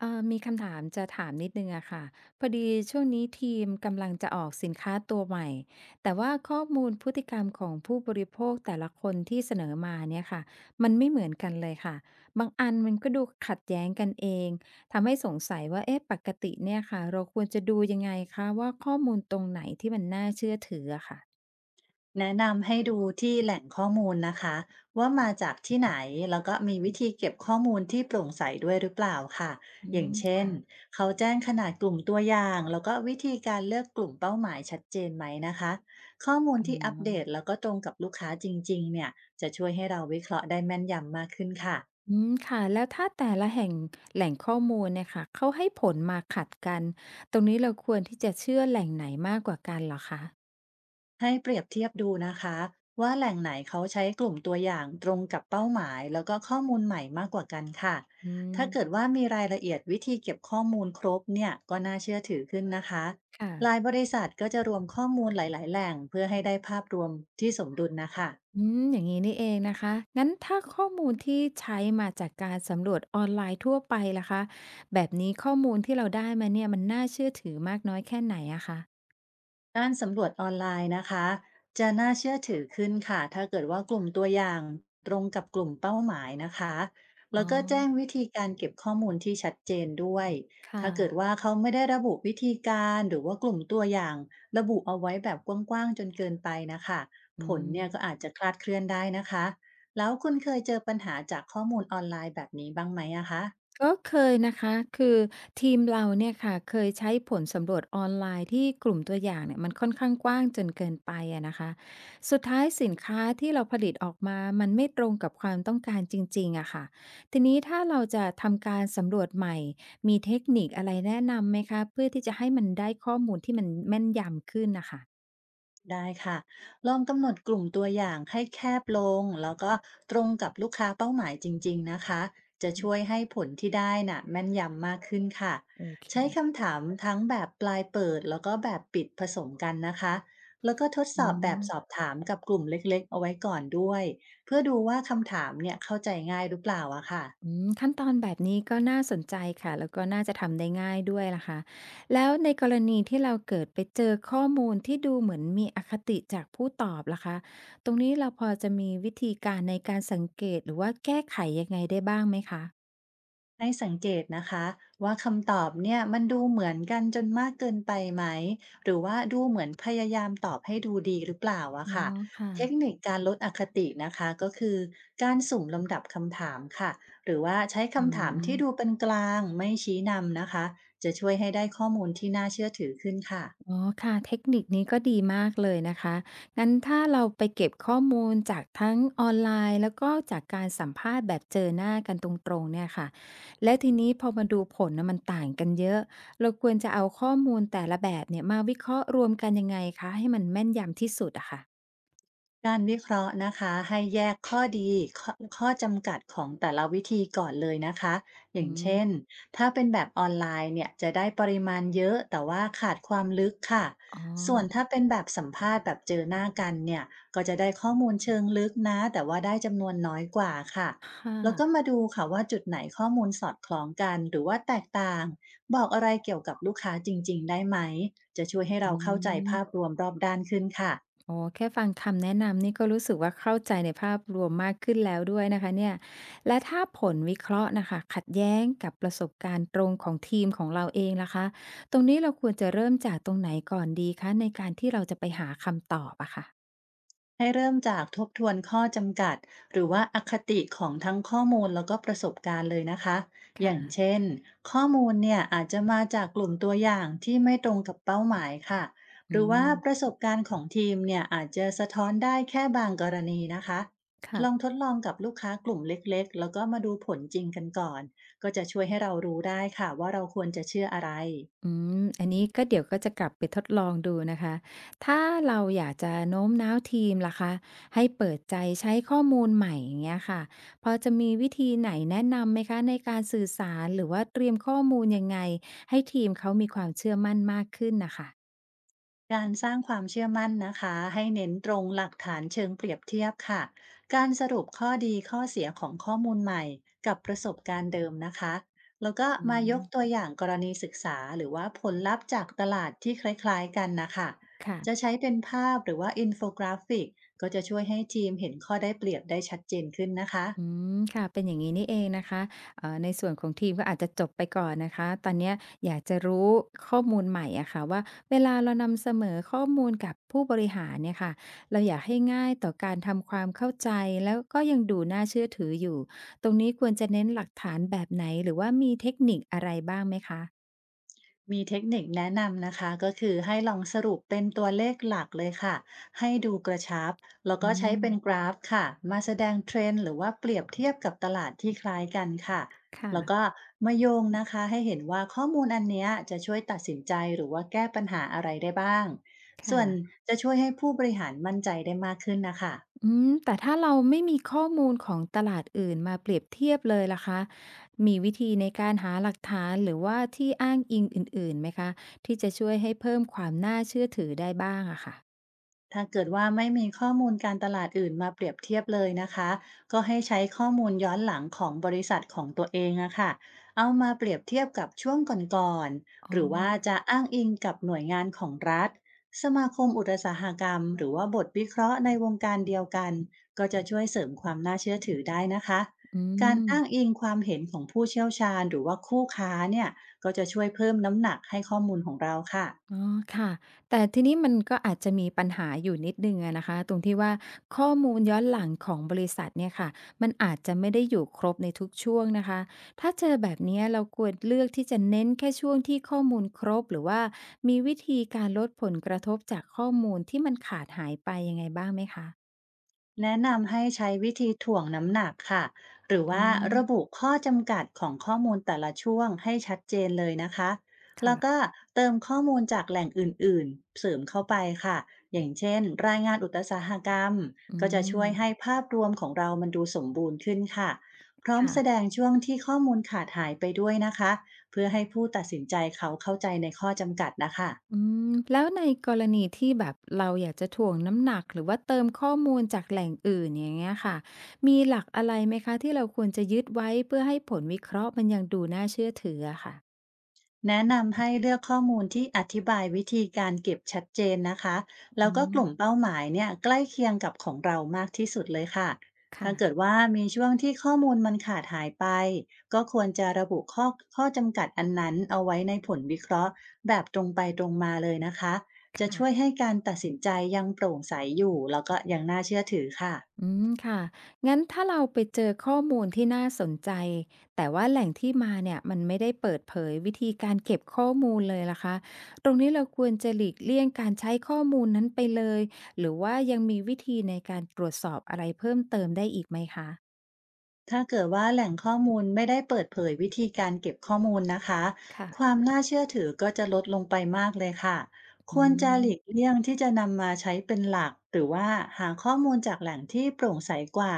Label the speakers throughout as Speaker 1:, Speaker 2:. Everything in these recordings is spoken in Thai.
Speaker 1: มีคำถามจะถามนิดหนึ่งอะค่ะพอดีช่วงนี้ทีมกำลังจะออกสินค้าตัวใหม่แต่ว่าข้อมูลพฤติกรรมของผู้บริโภคแต่ละคนที่เสนอมาเนี่ยค่ะมันไม่เหมือนกันเลยค่ะบางอันมันก็ดูขัดแย้งกันเองทำให้สงสัยว่าเอ๊ะปกติเนี่ยค่ะเราควรจะดูยังไงคะว่าข้อมูลตรงไหนที่มันน่าเชื่อถืออะค่ะ
Speaker 2: แนะนำให้ดูที่แหล่งข้อมูลนะคะว่ามาจากที่ไหนแล้วก็มีวิธีเก็บข้อมูลที่โปร่งใสด้วยหรือเปล่าค่ะ
Speaker 1: อื
Speaker 2: อย่าง
Speaker 1: ม
Speaker 2: เช่น
Speaker 1: ค่ะ
Speaker 2: เขาแจ้งขนาดกลุ่มตัวอย่างแล้วก็วิธีการเลือกกลุ่มเป้าหมายชัดเจนไหมนะคะข้อมูล
Speaker 1: อ๋
Speaker 2: ที่อัปเดต
Speaker 1: อ
Speaker 2: แล้วก็ตรงกับลูกค้าจริงๆเนี่ยจะช่วยให้เราวิเคราะห์ได้แม่นยำมากขึ้นค่ะ
Speaker 1: อืมค่ะแล้วถ้าแต่ละแห่งแหล่งข้อมูลเนี่ยค่ะเขาให้ผลมาขัดกันตรงนี้เราควรที่จะเชื่อแหล่งไหนมากกว่ากันเหรอคะ
Speaker 2: ให้เปรียบเทียบดูนะคะว่าแหล่งไหนเขาใช้กลุ่มตัวอย่างตรงกับเป้าหมายแล้วก็ข้อมูลใหม่มากกว่ากันค่ะ
Speaker 1: อื
Speaker 2: ถ้า
Speaker 1: ม
Speaker 2: เกิดว่ามีรายละเอียดวิธีเก็บข้อมูลครบเนี่ยก็น่าเชื่อถือขึ้นนะคะหลาย
Speaker 1: ค่ะ
Speaker 2: บริษัทก็จะรวมข้อมูลหลายๆแหล่งเพื่อให้ได้ภาพรวมที่สมดุลนะคะ
Speaker 1: อืมอย่างงี้นี่เองนะคะงั้นถ้าข้อมูลที่ใช้มาจากการสำรวจออนไลน์ทั่วไปล่ะคะแบบนี้ข้อมูลที่เราได้มาเนี่ยมันน่าเชื่อถือมากน้อยแค่ไหนอะคะ
Speaker 2: การสำรวจออนไลน์นะคะจะน่าเชื่อถือขึ้นค่ะถ้าเกิดว่ากลุ่มตัวอย่างตรงกับกลุ่มเป้าหมายนะคะ
Speaker 1: อ๋
Speaker 2: แล้
Speaker 1: อ
Speaker 2: วก็แจ้งวิธีการเก็บข้อมูลที่ชัดเจนด้วย
Speaker 1: ค่ะ
Speaker 2: ถ้าเกิดว่าเขาไม่ได้ระบุวิธีการหรือว่ากลุ่มตัวอย่างระบุเอาไว้แบบกว้างๆจนเกินไปนะคะ
Speaker 1: อื
Speaker 2: ผล
Speaker 1: ม
Speaker 2: เนี่ยก็อาจจะคลาดเคลื่อนได้นะคะแล้วคุณเคยเจอปัญหาจากข้อมูลออนไลน์แบบนี้บ้างไหมอะคะ
Speaker 1: ก็เคยนะคะ คือทีมเราเนี่ยค่ะเคยใช้ผลสำรวจออนไลน์ที่กลุ่มตัวอย่างเนี่ยมันค่อนข้างกว้างจนเกินไปอะนะคะสุดท้ายสินค้าที่เราผลิตออกมามันไม่ตรงกับความต้องการจริงๆอะค่ะทีนี้ถ้าเราจะทำการสำรวจใหม่ มีเทคนิคอะไรแนะนำไหมคะเพื่อที่จะให้มันได้ข้อมูลที่มันแม่นยำขึ้นนะคะ
Speaker 2: ได้ค่ะลองกำหนดกลุ่มตัวอย่างให้แคบลงแล้วก็ตรงกับลูกค้าเป้าหมายจริงๆนะคะจะช่วยให้ผลที่ได้น่ะแม่นยำมากขึ้นค่ะ
Speaker 1: โอเค
Speaker 2: ใช้คำถามทั้งแบบปลายเปิดแล้วก็แบบปิดผสมกันนะคะแล้วก็ทดส
Speaker 1: อื
Speaker 2: อบแบบ
Speaker 1: ม
Speaker 2: สอบถามกับกลุ่มเล็กๆเอาไว้ก่อนด้วยเพื่อดูว่าคำถามเนี่ยเข้าใจง่ายหรือเปล่าอะค่ะ
Speaker 1: อืมขั้นตอนแบบนี้ก็น่าสนใจค่ะแล้วก็น่าจะทำได้ง่ายด้วยล่ะค่ะแล้วในกรณีที่เราเกิดไปเจอข้อมูลที่ดูเหมือนมีอคติจากผู้ตอบล่ะคะตรงนี้เราพอจะมีวิธีการในการสังเกตหรือว่าแก้ไขยังไงได้บ้างไหมคะ
Speaker 2: ให้สังเกตนะคะว่าคำตอบเนี่ยมันดูเหมือนกันจนมากเกินไปไหมหรือว่าดูเหมือนพยายามตอบให้ดูดีหรือเปล่าอะ
Speaker 1: อ๋อ
Speaker 2: ค่ะ
Speaker 1: ค่ะ
Speaker 2: เทคนิคการลดอคตินะคะก็คือการสุ่มลำดับคำถามค่ะหรือว่าใช้
Speaker 1: อื
Speaker 2: คำถาม
Speaker 1: ม
Speaker 2: ที่ดูเป็นกลางไม่ชี้นำนะคะจะช่วยให้ได้ข้อมูลที่น่าเชื่อถือขึ้นค่ะ
Speaker 1: อ๋อค่ะเทคนิคนี้ก็ดีมากเลยนะคะงั้นถ้าเราไปเก็บข้อมูลจากทั้งออนไลน์แล้วก็จากการสัมภาษณ์แบบเจอหน้ากันตรงๆเนี่ยค่ะและทีนี้พอมาดูผลนะมันต่างกันเยอะเราควรจะเอาข้อมูลแต่ละแบบเนี่ยมาวิเคราะห์รวมกันยังไงคะให้มันแม่นยำที่สุดอะค่ะ
Speaker 2: การวิเคราะห์นะคะให้แยกข้อดีข้อจำกัดของแต่ละวิธีก่อนเลยนะคะอย่า
Speaker 1: อื
Speaker 2: ง
Speaker 1: ม
Speaker 2: เช่นถ้าเป็นแบบออนไลน์เนี่ยจะได้ปริมาณเยอะแต่ว่าขาดความลึกค่ะ
Speaker 1: อ๋
Speaker 2: ส่วน
Speaker 1: อ
Speaker 2: ถ้าเป็นแบบสัมภาษณ์แบบเจอหน้ากันเนี่ยก็จะได้ข้อมูลเชิงลึกนะแต่ว่าได้จำนวนน้อยกว่าค่ะ
Speaker 1: ค
Speaker 2: แล้วก็
Speaker 1: ่ะ
Speaker 2: มาดูค่ะว่าจุดไหนข้อมูลสอดคล้องกันหรือว่าแตกต่างบอกอะไรเกี่ยวกับลูกค้าจริงๆได้ไหมจะช่วยให้
Speaker 1: อื
Speaker 2: เราเข้าใจภาพร
Speaker 1: ม
Speaker 2: วมรอบด้านขึ้นค่ะ
Speaker 1: อ๋อแค่ฟังคำแนะนำนี่ก็รู้สึกว่าเข้าใจในภาพรวมมากขึ้นแล้วด้วยนะคะเนี่ยและถ้าผลวิเคราะห์นะคะขัดแย้งกับประสบการณ์ตรงของทีมของเราเองล่ะคะตรงนี้เราควรจะเริ่มจากตรงไหนก่อนดีคะในการที่เราจะไปหาคำตอบอะค่ะ
Speaker 2: ให้เริ่มจากทบทวนข้อจำกัดหรือว่าอคติของทั้งข้อมูลแล้วก็ประสบการณ์เลยนะคะอย่าง
Speaker 1: ค่ะ
Speaker 2: เช่นข้อมูลเนี่ยอาจจะมาจากกลุ่มตัวอย่างที่ไม่ตรงกับเป้าหมายค่ะห
Speaker 1: อื
Speaker 2: รือว่า
Speaker 1: ม
Speaker 2: ประสบการณ์ของทีมเนี่ยอาจจะสะท้อนได้แค่บางกรณีนะคะลอง
Speaker 1: ค่ะ
Speaker 2: ทดลองกับลูกค้ากลุ่มเล็กๆแล้วก็มาดูผลจริงกันก่อนก็จะช่วยให้เรารู้ได้ค่ะว่าเราควรจะเชื่ออะไร
Speaker 1: อืมอันนี้ก็เดี๋ยวก็จะกลับไปทดลองดูนะคะ ถ้าเราอยากจะโน้มน้าวทีมล่ะคะให้เปิดใจใช้ข้อมูลใหม่อย่างเงี้ยค่ะพอจะมีวิธีไหนแนะนำไหมคะในการสื่อสารหรือว่าเตรียมข้อมูลยังไงให้ทีมเขามีความเชื่อมั่นมากขึ้นนะคะ
Speaker 2: การสร้างความเชื่อมั่นนะคะให้เน้นตรงหลักฐานเชิงเปรียบเทียบค่ะการสรุปข้อดีข้อเสียของข้อมูลใหม่กับประสบการณ์เดิมนะคะแล้วก็
Speaker 1: อื
Speaker 2: มาย
Speaker 1: ม
Speaker 2: กตัวอย่างกรณีศึกษาหรือว่าผลลัพธ์จากตลาดที่คล้ายๆกันนะคะจะ
Speaker 1: ค่ะ
Speaker 2: ใช้เป็นภาพหรือว่าอินโฟกราฟิกก็จะช่วยให้ทีมเห็นข้อได้เปรียบได้ชัดเจนขึ้นนะคะ
Speaker 1: อืมค่ะเป็นอย่างงี้นี่เองนะคะในส่วนของทีมก็อาจจะจบไปก่อนนะคะตอนเนี้ยอยากจะรู้ข้อมูลใหม่อะค่ะว่าเวลาเรานำเสนอข้อมูลกับผู้บริหารเนี่ยค่ะเราอยากให้ง่ายต่อการทำความเข้าใจแล้วก็ยังดูน่าเชื่อถืออยู่ตรงนี้ควรจะเน้นหลักฐานแบบไหนหรือว่ามีเทคนิคอะไรบ้างไหมคะ
Speaker 2: มีเทคนิคแนะนำนะคะก็คือให้ลองสรุปเป็นตัวเลขหลักเลยค่ะให้ดูกระชับแล้ว
Speaker 1: อื
Speaker 2: ก็ใช้เป็นก
Speaker 1: ม
Speaker 2: ราฟค่ะมาแสดงเทรนด์หรือว่าเปรียบเทียบกับตลาดที่คล้ายกันค่ะ
Speaker 1: ค่ะ
Speaker 2: แล้วก็มาโยงนะคะให้เห็นว่าข้อมูลอันเนี้ยจะช่วยตัดสินใจหรือว่าแก้ปัญหาอะไรได้บ้างส่วน
Speaker 1: ค่ะ
Speaker 2: จะช่วยให้ผู้บริหารมั่นใจได้มากขึ้นนะคะ
Speaker 1: อืมแต่ถ้าเราไม่มีข้อมูลของตลาดอื่นมาเปรียบเทียบเลยล่ะคะ มีวิธีในการหาหลักฐานหรือว่าที่อ้างอิงอื่นๆไหมคะที่จะช่วยให้เพิ่มความน่าเชื่อถือได้บ้างอะค่ะ
Speaker 2: ถ้าเกิดว่าไม่มีข้อมูลการตลาดอื่นมาเปรียบเทียบเลยนะคะก็ให้ใช้ข้อมูลย้อนหลังของบริษัทของตัวเองอะค่ะเอามาเปรียบเทียบกับช่วงก่อนๆ
Speaker 1: อ๋อ
Speaker 2: หรือว่าจะอ้างอิงกับหน่วยงานของรัฐสมาคมอุตสาหกรรมหรือว่าบทวิเคราะห์ในวงการเดียวกันก็จะช่วยเสริมความน่าเชื่อถือได้นะคะ
Speaker 1: อื
Speaker 2: การ
Speaker 1: ม
Speaker 2: อ้างอิงความเห็นของผู้เชี่ยวชาญหรือว่าคู่ค้าเนี่ยก็จะช่วยเพิ่มน้ำหนักให้ข้อมูลของเราค่ะ
Speaker 1: อ๋อค่ะแต่ทีนี้มันก็อาจจะมีปัญหาอยู่นิดหนึ่งอะนะคะตรงที่ว่าข้อมูลย้อนหลังของบริษัทเนี่ยค่ะมันอาจจะไม่ได้อยู่ครบในทุกช่วงนะคะถ้าเจอแบบเนี้ยเราควรเลือกที่จะเน้นแค่ช่วงที่ข้อมูลครบหรือว่ามีวิธีการลดผลกระทบจากข้อมูลที่มันขาดหายไปยังไงบ้างไหมคะ
Speaker 2: แนะนำให้ใช้วิธีถ่วงน้ำหนักค่ะหรือ
Speaker 1: อื
Speaker 2: ว่า
Speaker 1: ม
Speaker 2: ระบุข้อจำกัดของข้อมูลแต่ละช่วงให้ชัดเจนเลยนะคะแล้วก็
Speaker 1: ค่ะ
Speaker 2: เติมข้อมูลจากแหล่งอื่นๆเสริมเข้าไปค่ะอย่างเช่นรายงานอุตสาหกรรม
Speaker 1: อื
Speaker 2: ก็จะช่วยให้
Speaker 1: ม
Speaker 2: ภาพรวมของเรามันดูสมบูรณ์ขึ้นค่ะพร้อม
Speaker 1: ค่ะ
Speaker 2: แสดงช่วงที่ข้อมูลขาดหายไปด้วยนะคะเพื่อให้ผู้ตัดสินใจเขาเข้าใจในข้อจำกัดนะคะ
Speaker 1: อืมแล้วในกรณีที่แบบเราอยากจะถ่วงน้ำหนักหรือว่าเติมข้อมูลจากแหล่งอื่นอย่างเงี้ยค่ะมีหลักอะไรไหมคะที่เราควรจะยึดไว้เพื่อให้ผลวิเคราะห์มันยังดูน่าเชื่อถืออะค่ะ
Speaker 2: แนะนำให้เลือกข้อมูลที่อธิบายวิธีการเก็บชัดเจนนะคะ แล้
Speaker 1: อื
Speaker 2: วก็ก
Speaker 1: ม
Speaker 2: ลุ่มเป้าหมายเนี่ยใกล้เคียงกับของเรามากที่สุดเลยค่ะ ถ้าเกิด
Speaker 1: ค่ะ
Speaker 2: ว่ามีช่วงที่ข้อมูลมันขาดหายไป ก็ควรจะระบุข้อจำกัดอันนั้นเอาไว้ในผลวิเคราะห์แบบตรงไปตรงมาเลยนะคะ จะช่วย
Speaker 1: ค่ะ
Speaker 2: ให้การตัดสินใจยังโปร่งใสอยู่แล้วก็ยังน่าเชื่อถือค่ะ
Speaker 1: อืมค่ะ งั้นถ้าเราไปเจอข้อมูลที่น่าสนใจ แต่ว่าแหล่งที่มาเนี่ยมันไม่ได้เปิดเผยวิธีการเก็บข้อมูลเลยล่ะคะ ตรงนี้เราควรจะหลีกเลี่ยงการใช้ข้อมูลนั้นไปเลย หรือว่ายังมีวิธีในการตรวจสอบอะไรเพิ่มเติมได้อีกไหมคะ
Speaker 2: ถ้าเกิดว่าแหล่งข้อมูลไม่ได้เปิดเผยวิธีการเก็บข้อมูลนะคะ
Speaker 1: ค่ะ
Speaker 2: ความน่าเชื่อถือก็จะลดลงไปมากเลยค่ะค
Speaker 1: อื
Speaker 2: วรจะหลีก
Speaker 1: ม
Speaker 2: เลี่ยงที่จะนำมาใช้เป็นหลักหรือว่าหาข้อมูลจากแหล่งที่โปร่งใสกว่า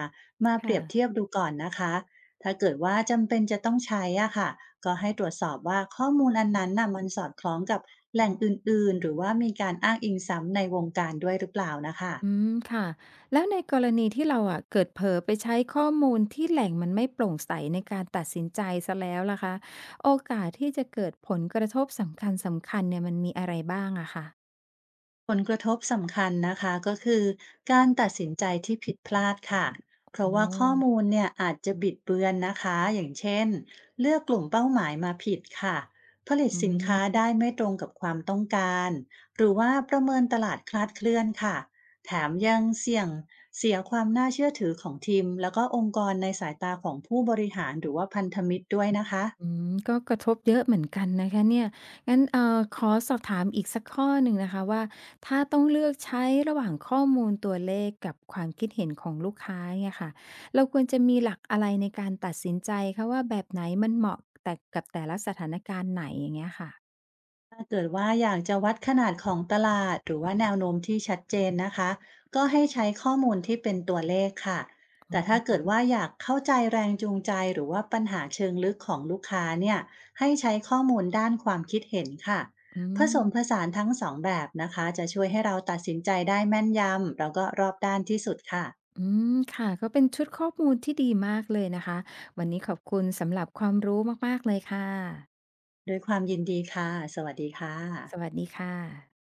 Speaker 2: มาเป
Speaker 1: ค่ะ
Speaker 2: รียบเทียบดูก่อนนะคะถ้าเกิดว่าจำเป็นจะต้องใช้อ่ะค่ะก็ให้ตรวจสอบว่าข้อมูลอันนั้นน่ะมันสอดคล้องกับแหล่งอื่นๆหรือว่ามีการอ้างอิงซ้ำในวงการด้วยหรือเปล่านะคะ
Speaker 1: อืมค่ะแล้วในกรณีที่เราอ่ะเกิดเผลอไปใช้ข้อมูลที่แหล่งมันไม่โปร่งใสในการตัดสินใจซะแล้วล่ะคะโอกาสที่จะเกิดผลกระทบสำคัญสัคญเนี่ยมันมีอะไรบ้างอะคะ
Speaker 2: ผลกระทบสำคัญนะคะก็คือการตัดสินใจที่ผิดพลาดค่ะ เพราะว่าข้อ
Speaker 1: โอ
Speaker 2: มูลเนี่ยอาจจะบิดเบือนนะคะอย่างเช่นเลือกกลุ่มเป้าหมายมาผิดค่ะผลิต
Speaker 1: อื
Speaker 2: สินค้า
Speaker 1: ม
Speaker 2: ได้ไม่ตรงกับความต้องการหรือว่าประเมินตลาดคลาดเคลื่อนค่ะแถมยังเสี่ยงเสียความน่าเชื่อถือของทีมแล้วก็องค์กรในสายตาของผู้บริหารหรือว่าพันธมิตรด้วยนะคะ
Speaker 1: อืมก็กระทบเยอะเหมือนกันนะคะเนี่ยงั้นขอสอบถามอีกสักข้อหนึ่งนะคะว่าถ้าต้องเลือกใช้ระหว่างข้อมูลตัวเลขกับความคิดเห็นของลูกค้าเนี่ยค่ะเราควรจะมีหลักอะไรในการตัดสินใจคะว่าแบบไหนมันเหมาะแต่กับแต่ละสถานการณ์ไหนอย่างเงี้ยค่ะ
Speaker 2: ถ้าเกิดว่าอยากจะวัดขนาดของตลาดหรือว่าแนวโน้มที่ชัดเจนนะคะก็ให้ใช้ข้อมูลที่เป็นตัวเลขค่ะแต่ถ้าเกิดว่าอยากเข้าใจแรงจูงใจหรือว่าปัญหาเชิงลึกของลูกค้าเนี่ยให้ใช้ข้อมูลด้านความคิดเห็นค่ะ
Speaker 1: อื
Speaker 2: ผส
Speaker 1: ม
Speaker 2: มผสานทั้งสองแบบนะคะจะช่วยให้เราตัดสินใจได้แม่นยำแล้วก็รอบด้านที่สุดค่ะ
Speaker 1: อืมค่ะก็เป็นชุดข้อมูลที่ดีมากเลยนะคะวันนี้ขอบคุณสำหรับความรู้มากๆเลยค่ะ
Speaker 2: ด้วยความยินดีค่ะสวัสดีค่ะ
Speaker 1: สวัสดีค่ะ